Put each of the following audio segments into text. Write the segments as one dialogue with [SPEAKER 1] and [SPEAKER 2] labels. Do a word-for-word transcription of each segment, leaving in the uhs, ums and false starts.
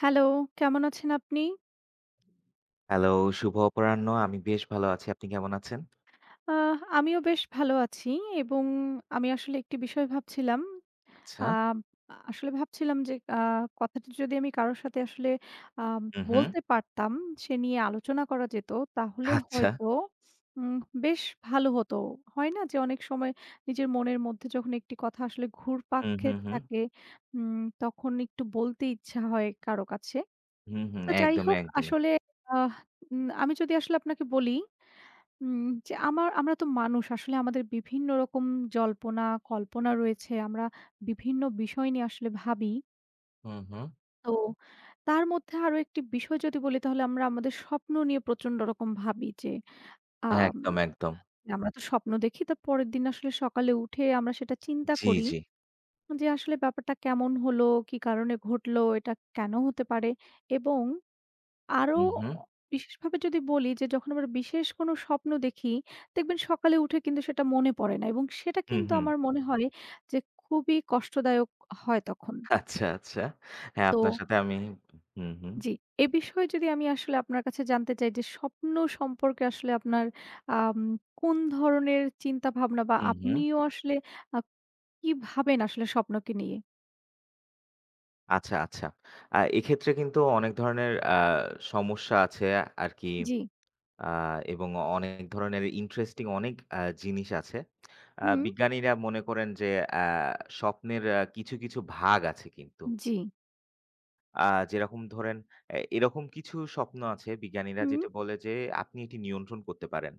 [SPEAKER 1] Hello, কেমন আছেন আপনি?
[SPEAKER 2] হ্যালো, শুভ অপরাহ্ন। আমি বেশ ভালো আছি। আপনি কেমন আছেন?
[SPEAKER 1] আহ আমিও বেশ ভালো আছি এবং আমি আসলে একটি বিষয় ভাবছিলাম।
[SPEAKER 2] আচ্ছা।
[SPEAKER 1] আ আসলে ভাবছিলাম যে আ কথাটি যদি আমি কারো সাথে আসলে আ
[SPEAKER 2] হুম, হুম।
[SPEAKER 1] বলতে পারতাম, সে নিয়ে আলোচনা করা যেত তাহলে
[SPEAKER 2] আচ্ছা।
[SPEAKER 1] হয়তো উম বেশ ভালো হতো। হয় না যে অনেক সময় নিজের মনের মধ্যে যখন একটি কথা আসলে ঘুরপাক
[SPEAKER 2] হুম, হুম,
[SPEAKER 1] খেতে
[SPEAKER 2] হুম।
[SPEAKER 1] থাকে, উম তখন একটু বলতে ইচ্ছা হয় কারো কাছে।
[SPEAKER 2] হুম, হুম।
[SPEAKER 1] তো যাই
[SPEAKER 2] একদমই,
[SPEAKER 1] হোক
[SPEAKER 2] একদমই।
[SPEAKER 1] আসলে আহ উম আমি যদি আসলে আপনাকে বলি উম যে আমার আমরা তো মানুষ। আসলে আমাদের বিভিন্ন রকম জল্পনা, কল্পনা রয়েছে। আমরা বিভিন্ন বিষয় নিয়ে আসলে ভাবি।
[SPEAKER 2] হুম, হুম।
[SPEAKER 1] তো তার মধ্যে আরো একটি বিষয় যদি বলি তাহলে আমরা আমাদের স্বপ্ন নিয়ে প্রচন্ড রকম ভাবি যে, আম
[SPEAKER 2] একদম, একদম।
[SPEAKER 1] আমরা তো স্বপ্ন দেখি তার পরের দিন আসলে সকালে উঠে আমরা সেটা চিন্তা
[SPEAKER 2] জি,
[SPEAKER 1] করি
[SPEAKER 2] জি।
[SPEAKER 1] যে আসলে ব্যাপারটা কেমন হলো, কি কারণে ঘটলো, এটা কেন হতে পারে এবং আরো
[SPEAKER 2] হুম, হুম।
[SPEAKER 1] বিশেষভাবে যদি বলি যে যখন আমরা বিশেষ কোনো স্বপ্ন দেখি, দেখবেন সকালে উঠে কিন্তু সেটা মনে পড়ে না এবং সেটা
[SPEAKER 2] হুম,
[SPEAKER 1] কিন্তু
[SPEAKER 2] হুম।
[SPEAKER 1] আমার মনে হয় যে খুবই কষ্টদায়ক হয় তখন।
[SPEAKER 2] আচ্ছা, আচ্ছা। হ্যাঁ,
[SPEAKER 1] তো
[SPEAKER 2] আপনার সাথে আমি হুম, হুম।
[SPEAKER 1] জি, এ বিষয়ে যদি আমি আসলে আপনার কাছে জানতে চাই যে স্বপ্ন সম্পর্কে আসলে আপনার আম কোন ধরনের চিন্তাভাবনা বা
[SPEAKER 2] হুম, হুম।
[SPEAKER 1] আপনিও আসলে আ কি ভাবেন আসলে স্বপ্নকে নিয়ে?
[SPEAKER 2] আচ্ছা, আচ্ছা। আ এক্ষেত্রে কিন্তু অনেক ধরনের আ সমস্যা আছে আরকি
[SPEAKER 1] জি।
[SPEAKER 2] আ এবং অনেক ধরনের ইন্টারেস্টিং অনেক আ জিনিস আছে। আ
[SPEAKER 1] হুম।
[SPEAKER 2] বিজ্ঞানীরা মনে করেন যে আ স্বপ্নের আ কিছু, কিছু ভাগ আছে কিন্তু।
[SPEAKER 1] জি।
[SPEAKER 2] আ যেরকম ধরেন এ এরকম কিছু স্বপ্ন আছে বিজ্ঞানীরা
[SPEAKER 1] হুম।
[SPEAKER 2] যেটা বলে যে আপনি এটি নিয়ন্ত্রণ করতে পারেন।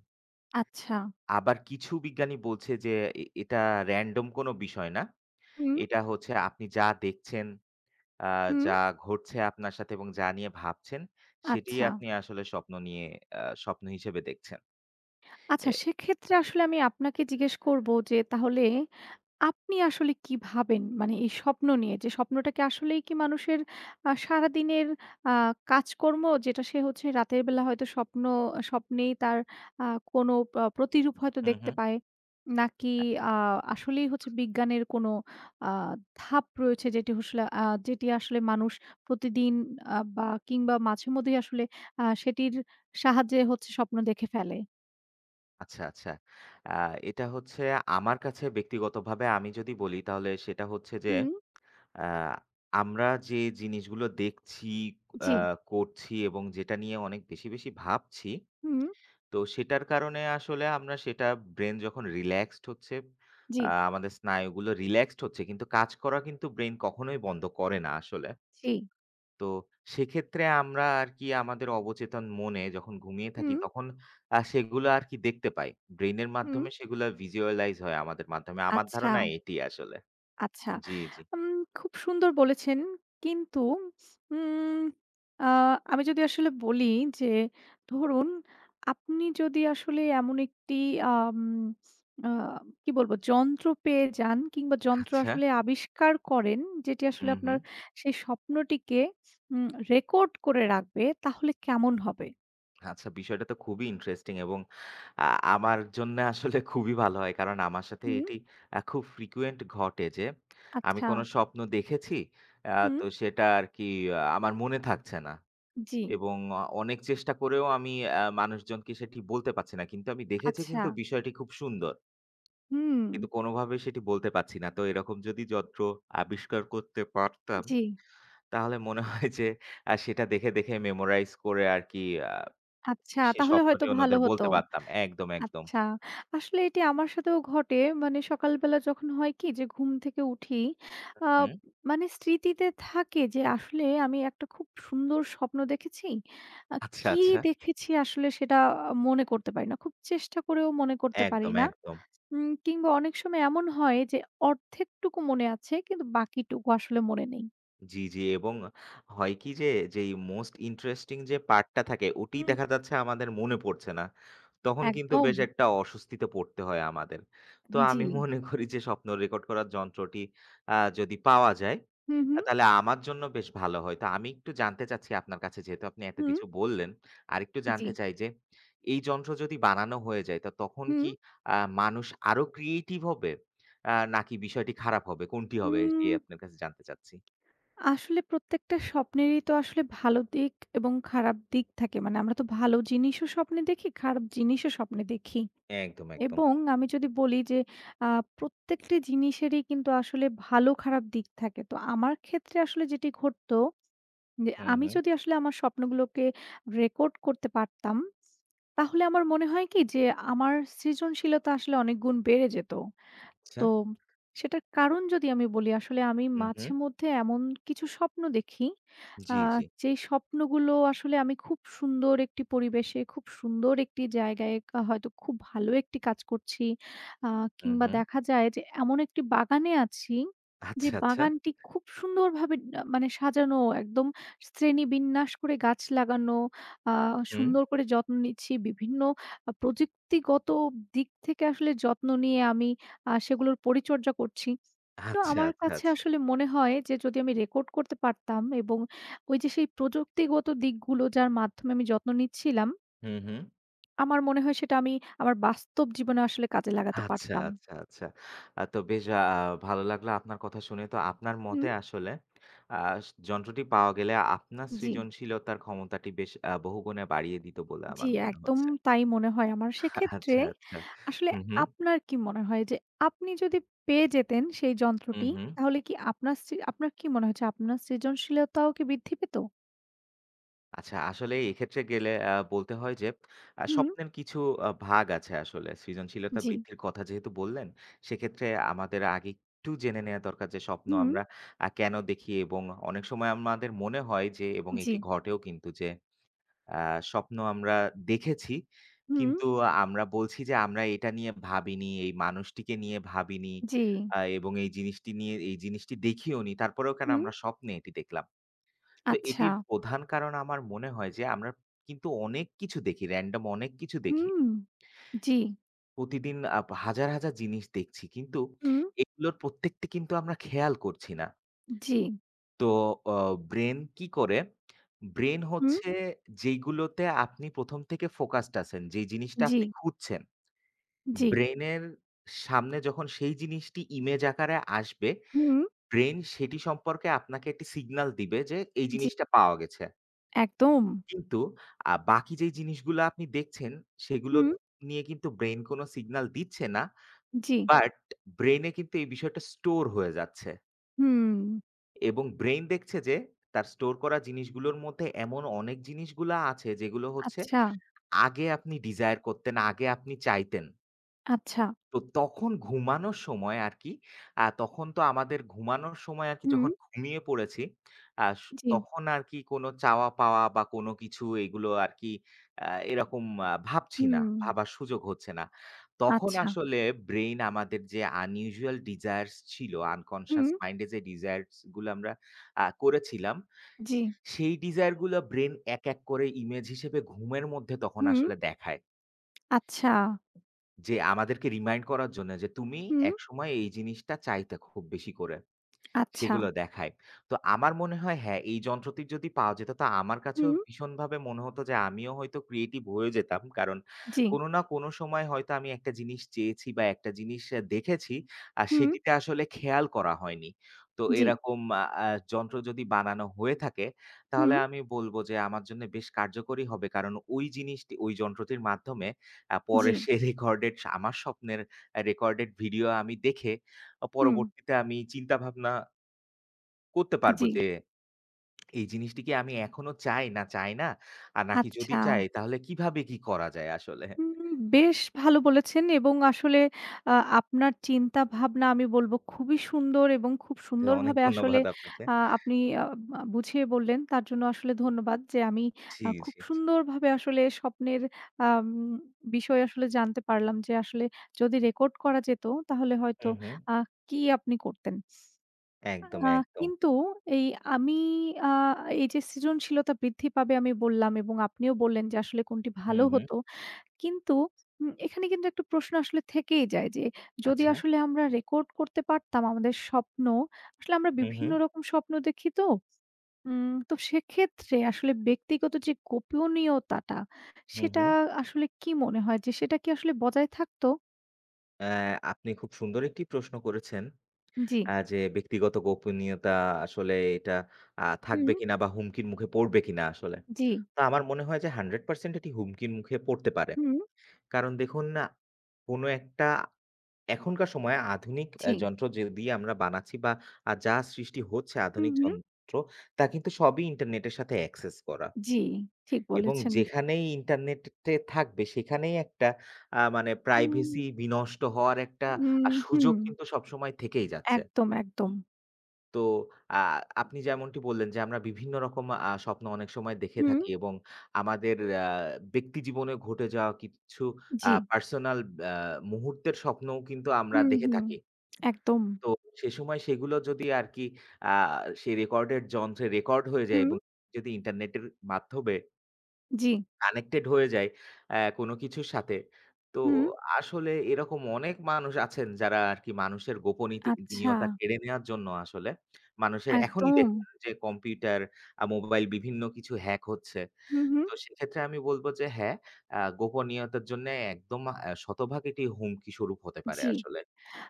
[SPEAKER 1] আচ্ছা।
[SPEAKER 2] আবার কিছু বিজ্ঞানী বলছে যে এ এটা র‍্যান্ডম কোনো বিষয় না।
[SPEAKER 1] হুম,
[SPEAKER 2] এটা হচ্ছে আপনি যা দেখছেন, আ
[SPEAKER 1] হুম।
[SPEAKER 2] যা ঘটছে আপনার সাথে এবং যা নিয়ে ভাবছেন, সেটিই
[SPEAKER 1] আচ্ছা।
[SPEAKER 2] আপনি আসলে স্বপ্ন নিয়ে আ স্বপ্ন হিসেবে দেখছেন।
[SPEAKER 1] আচ্ছা,
[SPEAKER 2] এ
[SPEAKER 1] সেক্ষেত্রে আসলে আমি আপনাকে জিজ্ঞেস করব যে তাহলে আপনি আসলে কি ভাবেন? মানে এই স্বপ্ন নিয়ে যে স্বপ্নটাকে আসলেই কি মানুষের আ সারাদিনের আ কাজকর্ম যেটা সে হচ্ছে রাতের বেলা হয়তো স্বপ্ন স্বপ্নেই তার আ কোনো প প্রতিরূপ হয়তো
[SPEAKER 2] হুম,
[SPEAKER 1] দেখতে
[SPEAKER 2] হুম।
[SPEAKER 1] পায়। নাকি আ আসলেই হচ্ছে বিজ্ঞানের কোনো আ ধাপ রয়েছে যেটি আসলে আ যেটি আসলে মানুষ প্রতিদিন আ বা কিংবা মাঝেমধ্যেই আসলে আ সেটির সাহায্যে হচ্ছে স্বপ্ন দেখে ফেলে?
[SPEAKER 2] আচ্ছা, আচ্ছা। আ এটা হচ্ছে আমার কাছে ব্যক্তিগতভাবে আমি যদি বলি তাহলে সেটা হচ্ছে যে,
[SPEAKER 1] হুম।
[SPEAKER 2] আ আমরা যে জিনিসগুলো দেখছি, আ
[SPEAKER 1] জি।
[SPEAKER 2] করছি এবং যেটা নিয়ে অনেক বেশি, বেশি ভাবছি,
[SPEAKER 1] হুম,
[SPEAKER 2] তো সেটার কারণে আসলে আমরা সেটা ব্রেইন যখন রিল্যাক্সড হচ্ছে,
[SPEAKER 1] জি,
[SPEAKER 2] আ আমাদের স্নায়ুগুলো রিল্যাক্সড হচ্ছে কিন্তু কাজ করা কিন্তু ব্রেইন কখনোই বন্ধ করে না আসলে।
[SPEAKER 1] জি।
[SPEAKER 2] তো সেক্ষেত্রে আমরা আর কি আমাদের অবচেতন মনে যখন ঘুমিয়ে থাকি
[SPEAKER 1] হুম,
[SPEAKER 2] তখন আ সেগুলো আর কি দেখতে পাই। ব্রেইনের
[SPEAKER 1] হুম।
[SPEAKER 2] মাধ্যমে সেগুলা visualize হয় আমাদের মাধ্যমে। আমার
[SPEAKER 1] আচ্ছা,
[SPEAKER 2] ধারণা এটি আসলে।
[SPEAKER 1] আচ্ছা।
[SPEAKER 2] জি, জি।
[SPEAKER 1] উম খুব সুন্দর বলেছেন। কিন্তু উম আ আমি যদি আসলে বলি যে ধরুন আপনি যদি আসলে এমন একটি আম আ কি বলব যন্ত্র পেয়ে যান কিংবা যন্ত্র
[SPEAKER 2] আচ্ছা।
[SPEAKER 1] আসলে আবিষ্কার করেন যেটি আসলে
[SPEAKER 2] হুম, হুম।
[SPEAKER 1] আপনার সেই স্বপ্নটিকে উম রেকর্ড করে রাখবে তাহলে কেমন হবে?
[SPEAKER 2] আচ্ছা, বিষয়টা তো খুবই ইন্টারেস্টিং এবং আ আমার জন্য আসলে খুবই ভালো হয়। কারণ আমার সাথে
[SPEAKER 1] হুম,
[SPEAKER 2] এটি আ খুব frequent ঘটে যে আমি
[SPEAKER 1] আচ্ছা।
[SPEAKER 2] কোন স্বপ্ন দেখেছি আ
[SPEAKER 1] হুম,
[SPEAKER 2] তো সেটা আর কি আ আমার মনে থাকছে না।
[SPEAKER 1] জি,
[SPEAKER 2] এবং অ অনেক চেষ্টা করেও আমি আ মানুষজনকে সেটি বলতে পারছি না। কিন্তু আমি দেখেছি
[SPEAKER 1] আচ্ছা।
[SPEAKER 2] কিন্তু বিষয়টি খুব সুন্দর।
[SPEAKER 1] হুম,
[SPEAKER 2] কিন্তু কোনোভাবেই সেটি বলতে পারছি না। তো এরকম যদি যন্ত্র আবিষ্কার করতে পারতাম,
[SPEAKER 1] জি।
[SPEAKER 2] তাহলে মনে হয় যে আ সেটা দেখে, দেখে মেমোরাইজ করে আরকি আ
[SPEAKER 1] আচ্ছা,
[SPEAKER 2] সেই
[SPEAKER 1] তাহলে
[SPEAKER 2] স্বপ্নটি
[SPEAKER 1] হয়তো ভালো
[SPEAKER 2] অন্যদের
[SPEAKER 1] হতো।
[SPEAKER 2] বলতে পারতাম। একদম, একদম।
[SPEAKER 1] আচ্ছা, আসলে এটি আমার সাথেও ঘটে। মানে সকালবেলা যখন হয় কি যে ঘুম থেকে উঠি, আ
[SPEAKER 2] হুম।
[SPEAKER 1] মানে স্মৃতিতে থাকে যে আসলে আমি একটা খুব সুন্দর স্বপ্ন দেখেছি। আ
[SPEAKER 2] আচ্ছা,
[SPEAKER 1] কি
[SPEAKER 2] আচ্ছা।
[SPEAKER 1] দেখেছি আসলে সেটা মনে করতে পারি না। খুব চেষ্টা করেও মনে করতে পারি
[SPEAKER 2] একদম,
[SPEAKER 1] না।
[SPEAKER 2] একদম।
[SPEAKER 1] উম কিংবা অনেক সময় এমন হয় যে অর্ধেকটুকু মনে আছে কিন্তু বাকিটুকু আসলে মনে নেই।
[SPEAKER 2] জি, জি এবং হয় কি যে, যেই মোস্ট ইন্টারেস্টিং যে পার্টটা থাকে ওটি
[SPEAKER 1] হুম,
[SPEAKER 2] দেখা যাচ্ছে আমাদের মনে পড়ছে না। তখন কিন্তু
[SPEAKER 1] একদম।
[SPEAKER 2] বেশ একটা অস্বস্তিতে পড়তে হয় আমাদের। তো
[SPEAKER 1] জি।
[SPEAKER 2] আমি মনে করি যে স্বপ্ন রেকর্ড করার যন্ত্রটি আ যদি পাওয়া যায়,
[SPEAKER 1] হুম,
[SPEAKER 2] আ
[SPEAKER 1] হুম,
[SPEAKER 2] তাহলে আমার জন্য বেশ ভালো হয়। তো আমি একটু জানতে চাচ্ছি আপনার কাছে যেহেতু আপনি এত
[SPEAKER 1] হুম,
[SPEAKER 2] কিছু বললেন, আরেকটু
[SPEAKER 1] জি।
[SPEAKER 2] জানতে চাই যে এই যন্ত্র যদি বানানো হয়ে যায় তো তখন কি
[SPEAKER 1] হুম।
[SPEAKER 2] আ মানুষ আরো ক্রিয়েটিভ হবে? আ নাকি বিষয়টি খারাপ হবে? কোনটি হবে? এটি
[SPEAKER 1] উম
[SPEAKER 2] আপনার কাছে জানতে চাচ্ছি।
[SPEAKER 1] আসলে প্রত্যেকটা স্বপ্নেরই তো আসলে ভালো দিক এবং খারাপ দিক থাকে। মানে আমরা তো ভালো জিনিসও স্বপ্নে দেখি, খারাপ জিনিসও স্বপ্নে দেখি।
[SPEAKER 2] একদম, একদম।
[SPEAKER 1] এবং আমি যদি বলি যে আ প্রত্যেকটি জিনিসেরই কিন্তু আসলে ভালো খারাপ দিক থাকে। তো আমার ক্ষেত্রে আসলে যেটি ঘটতো যে
[SPEAKER 2] হুম,
[SPEAKER 1] আমি
[SPEAKER 2] হুম।
[SPEAKER 1] যদি আসলে আমার স্বপ্নগুলোকে রেকর্ড করতে পারতাম, তাহলে আমার মনে হয় কি যে আমার সৃজনশীলতা আসলে অনেক গুণ বেড়ে যেত।
[SPEAKER 2] আচ্ছা।
[SPEAKER 1] তো সেটার কারণ যদি আমি বলি, আসলে আমি
[SPEAKER 2] হুম, হুম।
[SPEAKER 1] মাঝে মধ্যে এমন কিছু স্বপ্ন দেখি, আ
[SPEAKER 2] জি, জি।
[SPEAKER 1] যেই স্বপ্নগুলো আসলে আমি খুব সুন্দর একটি পরিবেশে, খুব সুন্দর একটি জায়গায় আ হয়তো খুব ভালো একটি কাজ করছি। আ
[SPEAKER 2] হুম,
[SPEAKER 1] কিংবা
[SPEAKER 2] হুম।
[SPEAKER 1] দেখা যায় যে এমন একটি বাগানে আছি, যে
[SPEAKER 2] আচ্ছা, আচ্ছা।
[SPEAKER 1] বাগানটি খুব সুন্দরভাবে আ মানে সাজানো, একদম শ্রেণীবিন্যাস করে গাছ লাগানো, আ
[SPEAKER 2] হুম।
[SPEAKER 1] সুন্দর করে যত্ন নিচ্ছি। বিভিন্ন আ প্রযুক্তিগত দিক থেকে আসলে যত্ন নিয়ে আমি আ সেগুলোর পরিচর্যা করছি। তো
[SPEAKER 2] আচ্ছা,
[SPEAKER 1] আমার
[SPEAKER 2] আচ্ছা,
[SPEAKER 1] কাছে
[SPEAKER 2] আচ্ছা।
[SPEAKER 1] আসলে মনে হয় যে যদি আমি রেকর্ড করতে পারতাম এবং ওই যে সেই প্রযুক্তিগত দিকগুলো যার মাধ্যমে আমি যত্ন নিচ্ছিলাম,
[SPEAKER 2] হুম, হুম।
[SPEAKER 1] আমার মনে হয় সেটা আমি আমার বাস্তব জীবনে আসলে কাজে লাগাতে
[SPEAKER 2] আচ্ছা,
[SPEAKER 1] পারতাম।
[SPEAKER 2] আচ্ছা, আচ্ছা। আ তো বেশ আ ভালো লাগলো আপনার কথা শুনে। তো আপনার মতে
[SPEAKER 1] হুম,
[SPEAKER 2] আসলে আ যন্ত্রটি পাওয়া গেলে আপনার
[SPEAKER 1] জি,
[SPEAKER 2] সৃজনশীলতার ক্ষমতাটি বেশ আ বহুগুণে বাড়িয়ে দিত বলে
[SPEAKER 1] জি,
[SPEAKER 2] আমার মনে
[SPEAKER 1] একদম
[SPEAKER 2] হচ্ছে।
[SPEAKER 1] তাই মনে হয় আমার। সেক্ষেত্রে
[SPEAKER 2] আচ্ছা, আচ্ছা।
[SPEAKER 1] আসলে
[SPEAKER 2] হুম, হুম।
[SPEAKER 1] আপনার কি মনে হয় যে আপনি যদি পেয়ে যেতেন সেই
[SPEAKER 2] হুম,
[SPEAKER 1] যন্ত্রটি
[SPEAKER 2] হুম।
[SPEAKER 1] তাহলে কি আপনার সৃ আপনার কি মনে হচ্ছে আপনার সৃজনশীলতাও কি বৃদ্ধি পেত?
[SPEAKER 2] আচ্ছা, আসলে এক্ষেত্রে গেলে আ বলতে হয় যে আ
[SPEAKER 1] হুম,
[SPEAKER 2] স্বপ্নের কিছু আ ভাগ আছে আসলে। সৃজনশীলতা
[SPEAKER 1] জি,
[SPEAKER 2] বৃদ্ধির কথা যেহেতু বললেন, সেক্ষেত্রে আমাদের আগে একটু জেনে নেয়া দরকার যে স্বপ্ন
[SPEAKER 1] হুম,
[SPEAKER 2] আমরা আ কেন দেখি এবং অনেক সময় আমাদের মনে হয় যে এবং
[SPEAKER 1] জি,
[SPEAKER 2] এটি ঘটেও কিন্তু যে আ স্বপ্ন আমরা দেখেছি।
[SPEAKER 1] হুম,
[SPEAKER 2] কিন্তু আমরা বলছি যে আমরা এটা নিয়ে ভাবিনি, এই মানুষটিকে নিয়ে ভাবিনি
[SPEAKER 1] জি।
[SPEAKER 2] আ এবং এই জিনিসটি নিয়ে এই জিনিসটি দেখিওনি। তারপরেও কেন
[SPEAKER 1] হুম,
[SPEAKER 2] আমরা স্বপ্নে এটি দেখলাম। তো
[SPEAKER 1] আচ্ছা।
[SPEAKER 2] এটির প্রধান কারণ আমার মনে হয় যে, আমরা কিন্তু অনেক কিছু দেখি, র‍্যান্ডম অনেক কিছু দেখি।
[SPEAKER 1] হুম, জি,
[SPEAKER 2] প্রতিদিন আপ হাজার, হাজার জিনিস দেখছি। কিন্তু
[SPEAKER 1] হুম,
[SPEAKER 2] এগুলোর প্রত্যেকটি কিন্তু আমরা খেয়াল করছি না।
[SPEAKER 1] জি,
[SPEAKER 2] তো অ ব্রেন কি করে? ব্রেন
[SPEAKER 1] হুম,
[SPEAKER 2] হচ্ছে যেইগুলোতে আপনি প্রথম থেকে ফোকাসড আছেন, যেই জিনিসটা
[SPEAKER 1] জি,
[SPEAKER 2] আপনি খুঁজছেন,
[SPEAKER 1] জি,
[SPEAKER 2] ব্রেনের সামনে যখন সেই জিনিসটি ইমেজ আকারে আসবে,
[SPEAKER 1] হুম,
[SPEAKER 2] ব্রেন সেটি সম্পর্কে আপনাকে একটি সিগনাল দিবে যে, এই
[SPEAKER 1] জি,
[SPEAKER 2] জিনিসটা পাওয়া গেছে।
[SPEAKER 1] একদম।
[SPEAKER 2] কিন্তু আ বাকি যেই জিনিসগুলা আপনি দেখছেন, সেগুলো
[SPEAKER 1] হুম,
[SPEAKER 2] নিয়ে কিন্তু ব্রেইন কোন সিগনাল দিচ্ছে না।
[SPEAKER 1] জি,
[SPEAKER 2] বাট ব্রেইনে কিন্তু এই বিষয়টা স্টোর হয়ে যাচ্ছে।
[SPEAKER 1] হুম,
[SPEAKER 2] এবং ব্রেইন দেখছে যে তার স্টোর করা জিনিসগুলোর মধ্যে এমন অনেক জিনিসগুলা আছে যেগুলো হচ্ছে
[SPEAKER 1] আচ্ছা,
[SPEAKER 2] আগে আপনি ডিজায়ার করতেন, আগে আপনি চাইতেন।
[SPEAKER 1] আচ্ছা,
[SPEAKER 2] তো তখন ঘুমানোর সময় আরকি আ তখন তো আমাদের ঘুমানোর সময় আরকি
[SPEAKER 1] হুম,
[SPEAKER 2] যখন ঘুমিয়ে পড়েছি, আ স
[SPEAKER 1] জি,
[SPEAKER 2] তখন আরকি কোনো চাওয়া-পাওয়া বা কোনো কিছু এগুলো আরকি আ এরকম আ ভাবছি না,
[SPEAKER 1] হুম,
[SPEAKER 2] ভাবার সুযোগ হচ্ছে না। তখন
[SPEAKER 1] আচ্ছা,
[SPEAKER 2] আসলে ব্রেইন আমাদের যে unusual desires ছিল, unconscious
[SPEAKER 1] হুম,
[SPEAKER 2] mind এ যে desires গুলো আমরা আ করেছিলাম,
[SPEAKER 1] জি,
[SPEAKER 2] সেই desire গুলো ব্রেইন এক, এক করে ইমেজ হিসেবে ঘুমের মধ্যে তখন
[SPEAKER 1] হুম,
[SPEAKER 2] আসলে দেখায়।
[SPEAKER 1] আচ্ছা,
[SPEAKER 2] যে আমাদেরকে রিমাইন্ড করার জন্য যে, "তুমি
[SPEAKER 1] হুম,
[SPEAKER 2] একসময় এই জিনিসটা চাইতে খুব বেশি করে।
[SPEAKER 1] আচ্ছা,
[SPEAKER 2] সেগুলো দেখায়। তো আমার মনে হয় হ্যাঁ, এই যন্ত্রটি যদি পাওয়া যেত তো আমার কাছেও
[SPEAKER 1] হুম,
[SPEAKER 2] ভীষণভাবে মনে হতো যে আমিও হয়তো ক্রিয়েটিভ হয়ে যেতাম। কারণ
[SPEAKER 1] জি,
[SPEAKER 2] কোনো না কোনো সময় হয়তো আমি একটা জিনিস চেয়েছি বা একটা জিনিস আ দেখেছি আর
[SPEAKER 1] হুম,
[SPEAKER 2] সেটিতে আসলে খেয়াল করা হয়নি। তো
[SPEAKER 1] জি,
[SPEAKER 2] এরকম আ আ যন্ত্র যদি বানানো হয়ে থাকে তাহলে
[SPEAKER 1] হুম,
[SPEAKER 2] আমি বলব যে আমার জন্য বেশ কার্যকরী হবে। কারণ ওই জিনিসটি ওই যন্ত্রটির মাধ্যমে আ পরে
[SPEAKER 1] জি,
[SPEAKER 2] সেই রেকর্ডেড আমার স্বপ্নের আ রেকর্ডেড ভিডিও আমি দেখে আ
[SPEAKER 1] হুম,
[SPEAKER 2] পরবর্তীতে আমি চিন্তাভাবনা করতে পারবো
[SPEAKER 1] জি,
[SPEAKER 2] যে এই জিনিসটি কি আমি এখনো চাই না চাই না? আর নাকি যদি
[SPEAKER 1] আচ্ছা।
[SPEAKER 2] চাই তাহলে কিভাবে কি করা যায় আসলে?
[SPEAKER 1] উম বেশ ভালো বলেছেন এবং আসলে আ আপনার চিন্তা ভাবনা আমি বলবো খুবই সুন্দর এবং খুব
[SPEAKER 2] তো অনেক
[SPEAKER 1] সুন্দরভাবে আসলে
[SPEAKER 2] ধন্যবাদ আপনাকে।
[SPEAKER 1] আ আপনি আ আ বুঝিয়ে বললেন। তার জন্য আসলে ধন্যবাদ যে আমি
[SPEAKER 2] জি,
[SPEAKER 1] আ খুব
[SPEAKER 2] জি, জি।
[SPEAKER 1] সুন্দরভাবে আসলে স্বপ্নের আম বিষয়ে আসলে জানতে পারলাম যে আসলে যদি রেকর্ড করা যেত তাহলে হয়তো
[SPEAKER 2] হুম, হুম।
[SPEAKER 1] আ কি আপনি করতেন।
[SPEAKER 2] একদম,
[SPEAKER 1] আ
[SPEAKER 2] একদম।
[SPEAKER 1] কিন্তু এই আমি আ এই যে সৃজনশীলতা বৃদ্ধি পাবে আমি বললাম এবং আপনিও বললেন যে আসলে কোনটি
[SPEAKER 2] হুম,
[SPEAKER 1] ভালো
[SPEAKER 2] হুম।
[SPEAKER 1] হতো। কিন্তু উম এখানে কিন্তু একটা প্রশ্ন আসলে থেকেই যায় যে, যদি
[SPEAKER 2] আচ্ছা।
[SPEAKER 1] আসলে আমরা রেকর্ড করতে পারতাম আমাদের স্বপ্ন, আসলে আমরা
[SPEAKER 2] হুম,
[SPEAKER 1] বিভিন্ন
[SPEAKER 2] হুম।
[SPEAKER 1] রকম স্বপ্ন দেখি তো। উম তো সেক্ষেত্রে আসলে ব্যক্তিগত যে গোপনীয়তাটা,
[SPEAKER 2] হুম,
[SPEAKER 1] সেটা
[SPEAKER 2] হুম।
[SPEAKER 1] আসলে কি মনে হয় যে সেটা কি আসলে বজায় থাকতো?
[SPEAKER 2] অ্যা আপনি খুব সুন্দর একটি প্রশ্ন করেছেন।
[SPEAKER 1] জি।
[SPEAKER 2] আ যে ব্যক্তিগত গোপনীয়তা আসলে এটা আ
[SPEAKER 1] হুম,
[SPEAKER 2] থাকবে কিনা বা হুমকির মুখে পড়বে কিনা আসলে।
[SPEAKER 1] জি,
[SPEAKER 2] তো আমার মনে হয় যে একশ পার্সেন্ট এটি হুমকির মুখে পড়তে পারে।
[SPEAKER 1] হুম,
[SPEAKER 2] কারণ দেখুন না, কোন একটা এখনকার সময়ে আধুনিক অ্যা
[SPEAKER 1] জি,
[SPEAKER 2] যন্ত্র যে দিয়ে আমরা বানাচ্ছি বা আ যা সৃষ্টি হচ্ছে
[SPEAKER 1] হুম,
[SPEAKER 2] আধুনিক
[SPEAKER 1] হুম,
[SPEAKER 2] যন্ত্র, তা কিন্তু সবই ইন্টারনেটের সাথে অ্যাক্সেস করা।
[SPEAKER 1] জি, ঠিক
[SPEAKER 2] এবং
[SPEAKER 1] বলেছেন।
[SPEAKER 2] যেখানেই ইন্টারনেটে থাকবে সেখানেই একটা আ মানে
[SPEAKER 1] উম
[SPEAKER 2] প্রাইভেসি বিনষ্ট হওয়ার একটা
[SPEAKER 1] উম
[SPEAKER 2] আ
[SPEAKER 1] হুম,
[SPEAKER 2] সুযোগ কিন্তু সবসময় থেকেই যাচ্ছে।
[SPEAKER 1] একদম, একদম।
[SPEAKER 2] তো আ আপনি যেমনটি বললেন যে, আমরা বিভিন্ন রকম আ স্বপ্ন অনেক সময় দেখে
[SPEAKER 1] হুম,
[SPEAKER 2] থাকি এবং আমাদের আ ব্যক্তি জীবনে ঘটে যাওয়া কিছু আ
[SPEAKER 1] জি,
[SPEAKER 2] পার্সোনাল আ মুহূর্তের স্বপ্নও কিন্তু আমরা
[SPEAKER 1] হুম,
[SPEAKER 2] দেখে
[SPEAKER 1] হুম,
[SPEAKER 2] থাকি।
[SPEAKER 1] একদম।
[SPEAKER 2] তো সে সময় সেগুলো যদি আরকি আ সেই রেকর্ডের যন্ত্রে রেকর্ড হয়ে যায়
[SPEAKER 1] হুম,
[SPEAKER 2] এবং যদি ইন্টারনেটের মাধ্যমে
[SPEAKER 1] জি,
[SPEAKER 2] কানেক্টেড হয়ে যাই অ্যা কোনো কিছুর সাথে। তো
[SPEAKER 1] হুম।
[SPEAKER 2] আসলে এরকম অনেক মানুষ আছেন যারা আরকি মানুষের গোপনীতি
[SPEAKER 1] আচ্ছা,
[SPEAKER 2] নিয়তা কেড়ে নেয়ার জন্য আসলে মানুষের এখনই
[SPEAKER 1] একদম।
[SPEAKER 2] দেখুন যে কম্পিউটার, আ মোবাইল বিভিন্ন কিছু হ্যাক হচ্ছে।
[SPEAKER 1] হুম, হুম।
[SPEAKER 2] তো সেক্ষেত্রে আমি বলব যে হ্যাঁ, আ গোপনীয়তার জন্যে একদম আ শতভাগ এটি হুমকি স্বরূপ হতে পারে
[SPEAKER 1] জি।
[SPEAKER 2] আসলে।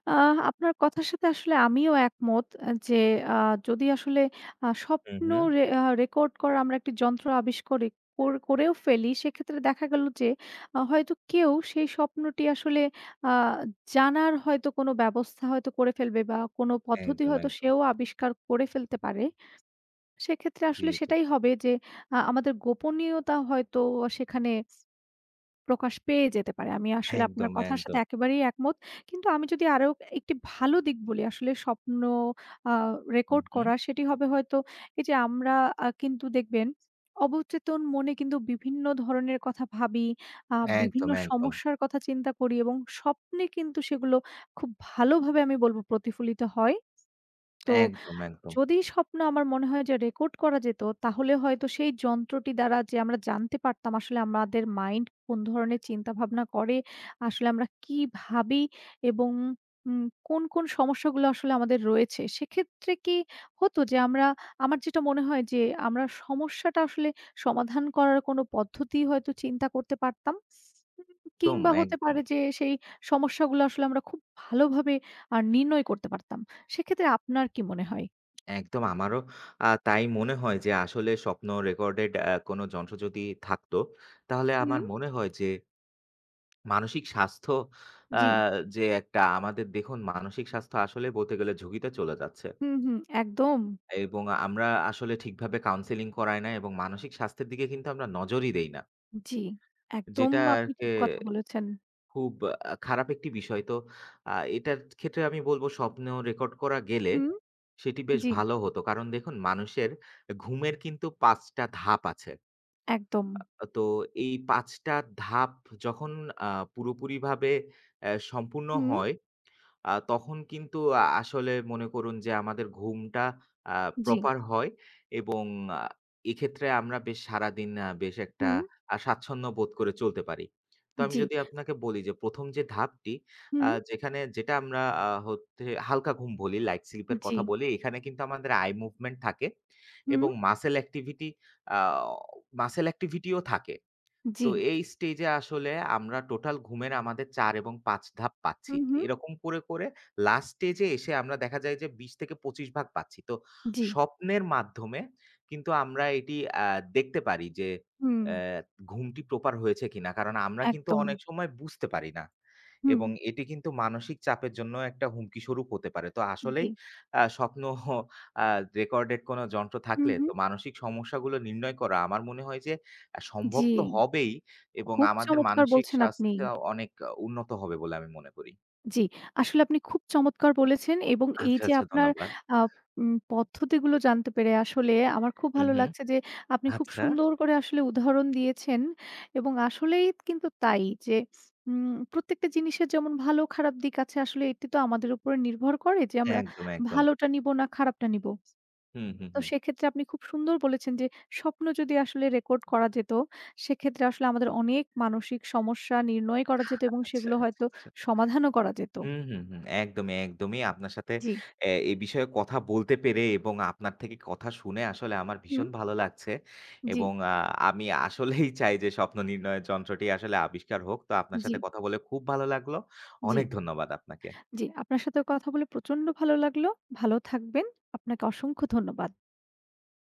[SPEAKER 1] আ আপনার কথার সাথে আসলে আমিও একমত যে আ যদি আসলে আ
[SPEAKER 2] হুম,
[SPEAKER 1] স্বপ্ন
[SPEAKER 2] হুম।
[SPEAKER 1] রে আ রেকর্ড করার আমরা একটি যন্ত্র আবিষ্কারি কর করেও ফেলি, সেক্ষেত্রে দেখা গেল যে আ হয়তো কেউ সেই স্বপ্নটি আসলে আ জানার হয়তো কোনো ব্যবস্থা হয়তো করে ফেলবে বা কোনো পদ্ধতি
[SPEAKER 2] একদম,
[SPEAKER 1] হয়তো
[SPEAKER 2] একদম।
[SPEAKER 1] সেও আবিষ্কার করে ফেলতে পারে। সেক্ষেত্রে
[SPEAKER 2] জি,
[SPEAKER 1] আসলে
[SPEAKER 2] জি।
[SPEAKER 1] সেটাই হবে যে আ আমাদের গোপনীয়তা হয়তো সেখানে প্রকাশ পেয়ে যেতে পারে। আমি আসলে আপনার
[SPEAKER 2] একদম,
[SPEAKER 1] কথার সাথে
[SPEAKER 2] একদম।
[SPEAKER 1] একেবারেই একমত। কিন্তু আমি যদি আরো একটি ভালো দিক বলি আসলে স্বপ্ন আ
[SPEAKER 2] হুম,
[SPEAKER 1] রেকর্ড
[SPEAKER 2] হুম।
[SPEAKER 1] করা সেটি হবে হয়তো এই যে আমরা আ কিন্তু দেখবেন অবচেতন মনে কিন্তু বিভিন্ন ধরনের কথা ভাবি, আ বিভিন্ন
[SPEAKER 2] একদম, একদম।
[SPEAKER 1] সমস্যার কথা চিন্তা করি এবং স্বপ্নে কিন্তু সেগুলো খুব ভালোভাবে আমি বলব প্রতিফলিত হয়। তো
[SPEAKER 2] একদম, একদম।
[SPEAKER 1] যদি স্বপ্ন আমার মনে হয় যে রেকর্ড করা যেত, তাহলে হয়তো সেই যন্ত্রটি দ্বারা যে আমরা জানতে পারতাম আসলে আমাদের মাইন্ড কোন ধরনের চিন্তাভাবনা করে, আসলে আমরা কি ভাবি এবং উম কোন, কোন সমস্যাগুলো আসলে আমাদের রয়েছে। সেক্ষেত্রে কি হতো যে আমরা আমার যেটা মনে হয় যে আমরা সমস্যাটা আসলে সমাধান করার কোনো পদ্ধতি হয়তো চিন্তা করতে পারতাম। উম
[SPEAKER 2] একদম,
[SPEAKER 1] কিংবা হতে
[SPEAKER 2] একদম।
[SPEAKER 1] পারে যে সেই সমস্যাগুলো আসলে আমরা খুব ভালোভাবে আ নির্ণয় করতে পারতাম। সেক্ষেত্রে আপনার কি মনে হয়?
[SPEAKER 2] একদম আমারও আ তাই মনে হয় যে আসলে স্বপ্ন রেকর্ডেড আ কোনো যন্ত্র যদি থাকতো, তাহলে আমার
[SPEAKER 1] হুম,
[SPEAKER 2] মনে হয় যে মানসিক স্বাস্থ্য আ
[SPEAKER 1] জি।
[SPEAKER 2] যে একটা আমাদের দেখুন মানসিক স্বাস্থ্য আসলে বলতে গেলে ঝুঁকিতে চলে যাচ্ছে।
[SPEAKER 1] হুম, হুম, একদম।
[SPEAKER 2] এবং আমরা আসলে ঠিকভাবে কাউন্সেলিং করাই না এবং মানসিক স্বাস্থ্যের দিকে কিন্তু আমরা নজরই দেই না।
[SPEAKER 1] জি, একদম
[SPEAKER 2] যেটা
[SPEAKER 1] আপনি
[SPEAKER 2] আরকি
[SPEAKER 1] ঠিক কথা বলেছেন।
[SPEAKER 2] খুব আ খারাপ একটি বিষয়। তো আ এটার ক্ষেত্রে আমি বলব স্বপ্ন রেকর্ড করা গেলে
[SPEAKER 1] হুম,
[SPEAKER 2] সেটি বেশ
[SPEAKER 1] জি,
[SPEAKER 2] ভালো হতো। কারণ দেখুন মানুষের ঘুমের কিন্তু পাঁচ টা ধাপ আছে।
[SPEAKER 1] একদম।
[SPEAKER 2] তো এই পাঁচ টা ধাপ যখন আ পুরোপুরিভাবে অ্যা সম্পূর্ণ
[SPEAKER 1] হুম,
[SPEAKER 2] হয় আ তখন কিন্তু আ আসলে মনে করুন যে আমাদের ঘুমটা আ
[SPEAKER 1] জি,
[SPEAKER 2] প্রপার হয় এবং আ এক্ষেত্রে আমরা বেশ সারাদিন আ বেশ একটা
[SPEAKER 1] হুম,
[SPEAKER 2] আ স্বাচ্ছন্দ্য বোধ করে চলতে পারি। তো আমি
[SPEAKER 1] জি,
[SPEAKER 2] যদি আপনাকে বলি যে প্রথম যে ধাপটি আ
[SPEAKER 1] হুম,
[SPEAKER 2] যেখানে যেটা আমরা আ হচ্ছে হালকা ঘুম বলি, লাইট স্লিপ এর
[SPEAKER 1] জি,
[SPEAKER 2] কথা বলি, এখানে কিন্তু আমাদের আই মুভমেন্ট থাকে এবং
[SPEAKER 1] হুম,
[SPEAKER 2] muscle activity uh muscle activity ও থাকে।
[SPEAKER 1] জি,
[SPEAKER 2] তো এই স্টেজে আসলে আমরা টোটাল ঘুমের আমাদের চার এবং পাঁচ ধাপ পাচ্ছি।
[SPEAKER 1] হুম, হুম,
[SPEAKER 2] এরকম করে, করে লাস্ট স্টেজে এসে আমরা দেখা যায় যে বিশ থেকে পঁচিশ ভাগ পাচ্ছি। তো
[SPEAKER 1] জি,
[SPEAKER 2] স্বপ্নের মাধ্যমে কিন্তু আমরা এটি আ দেখতে পারি যে
[SPEAKER 1] হুম,
[SPEAKER 2] অ্যা ঘুমটি প্রপার হয়েছে কিনা। কারণ আমরা কিন্তু
[SPEAKER 1] একদম।
[SPEAKER 2] অনেক সময় বুঝতে পারি না।
[SPEAKER 1] হুম,
[SPEAKER 2] এবং এটি কিন্তু মানসিক চাপের জন্য একটা হুমকি স্বরূপ হতে পারে। তো
[SPEAKER 1] জি,
[SPEAKER 2] আসলেই আ স্বপ্ন আ রেকর্ডেড কোনো যন্ত্র
[SPEAKER 1] হুম,
[SPEAKER 2] থাকলে তো
[SPEAKER 1] হুম,
[SPEAKER 2] মানসিক সমস্যাগুলো নির্ণয় করা আমার মনে হয় যে আ সম্ভব
[SPEAKER 1] জি।
[SPEAKER 2] তো হবেই এবং
[SPEAKER 1] খুব
[SPEAKER 2] আমাদের
[SPEAKER 1] চমৎকার
[SPEAKER 2] মানসিক
[SPEAKER 1] বলছেন আপনি।
[SPEAKER 2] স্বাস্থ্য অনেক আ উন্নত হবে বলে আমি মনে করি।
[SPEAKER 1] জি, আসলে আপনি খুব চমৎকার বলেছেন এবং এই
[SPEAKER 2] আচ্ছা,
[SPEAKER 1] যে
[SPEAKER 2] আচ্ছা,
[SPEAKER 1] আপনার
[SPEAKER 2] ধন্যবাদ।
[SPEAKER 1] আ উম পদ্ধতিগুলো জানতে পেরে আসলে আমার খুব
[SPEAKER 2] হুম,
[SPEAKER 1] ভালো
[SPEAKER 2] হুম।
[SPEAKER 1] লাগছে যে আপনি খুব
[SPEAKER 2] আচ্ছা।
[SPEAKER 1] সুন্দর করে আসলে উদাহরণ দিয়েছেন এবং আসলেই কিন্তু তাই যে উম প্রত্যেকটা জিনিসের যেমন ভালো খারাপ দিক আছে আসলে এটি তো আমাদের উপরে নির্ভর করে যে আমরা
[SPEAKER 2] একদম, একদম।
[SPEAKER 1] ভালোটা নিব না খারাপটা নিব।
[SPEAKER 2] হুম, হুম,
[SPEAKER 1] তো
[SPEAKER 2] হুম।
[SPEAKER 1] সেক্ষেত্রে আপনি খুব সুন্দর বলেছেন যে স্বপ্ন যদি আসলে রেকর্ড করা যেত সেক্ষেত্রে আসলে আমাদের
[SPEAKER 2] জি।
[SPEAKER 1] অনেক মানসিক সমস্যা নির্ণয় করা যেত এবং
[SPEAKER 2] আচ্ছা,
[SPEAKER 1] সেগুলো
[SPEAKER 2] আচ্ছা,
[SPEAKER 1] হয়তো
[SPEAKER 2] আচ্ছা।
[SPEAKER 1] সমাধানও করা যেত।
[SPEAKER 2] হুম, হুম, হুম। একদমই, একদমই। আপনার সাথে
[SPEAKER 1] জি।
[SPEAKER 2] অ্যা এ এই বিষয়ে কথা বলতে পেরে এবং আপনার থেকে কথা শুনে আসলে আমার
[SPEAKER 1] হুম।
[SPEAKER 2] ভীষণ ভালো লাগছে
[SPEAKER 1] জি,
[SPEAKER 2] এবং আ আমি আসলেই চাই যে স্বপ্ন নির্ণয়ের যন্ত্রটি আসলে আবিষ্কার হোক। তো আপনার
[SPEAKER 1] জি,
[SPEAKER 2] সাথে কথা বলে খুব ভালো লাগলো।
[SPEAKER 1] জি,
[SPEAKER 2] অনেক ধন্যবাদ আপনাকে।
[SPEAKER 1] জি। আপনার সাথেও কথা বলে প্রচন্ড ভালো লাগলো। ভালো থাকবেন। আপনাকে অসংখ্য ধন্যবাদ।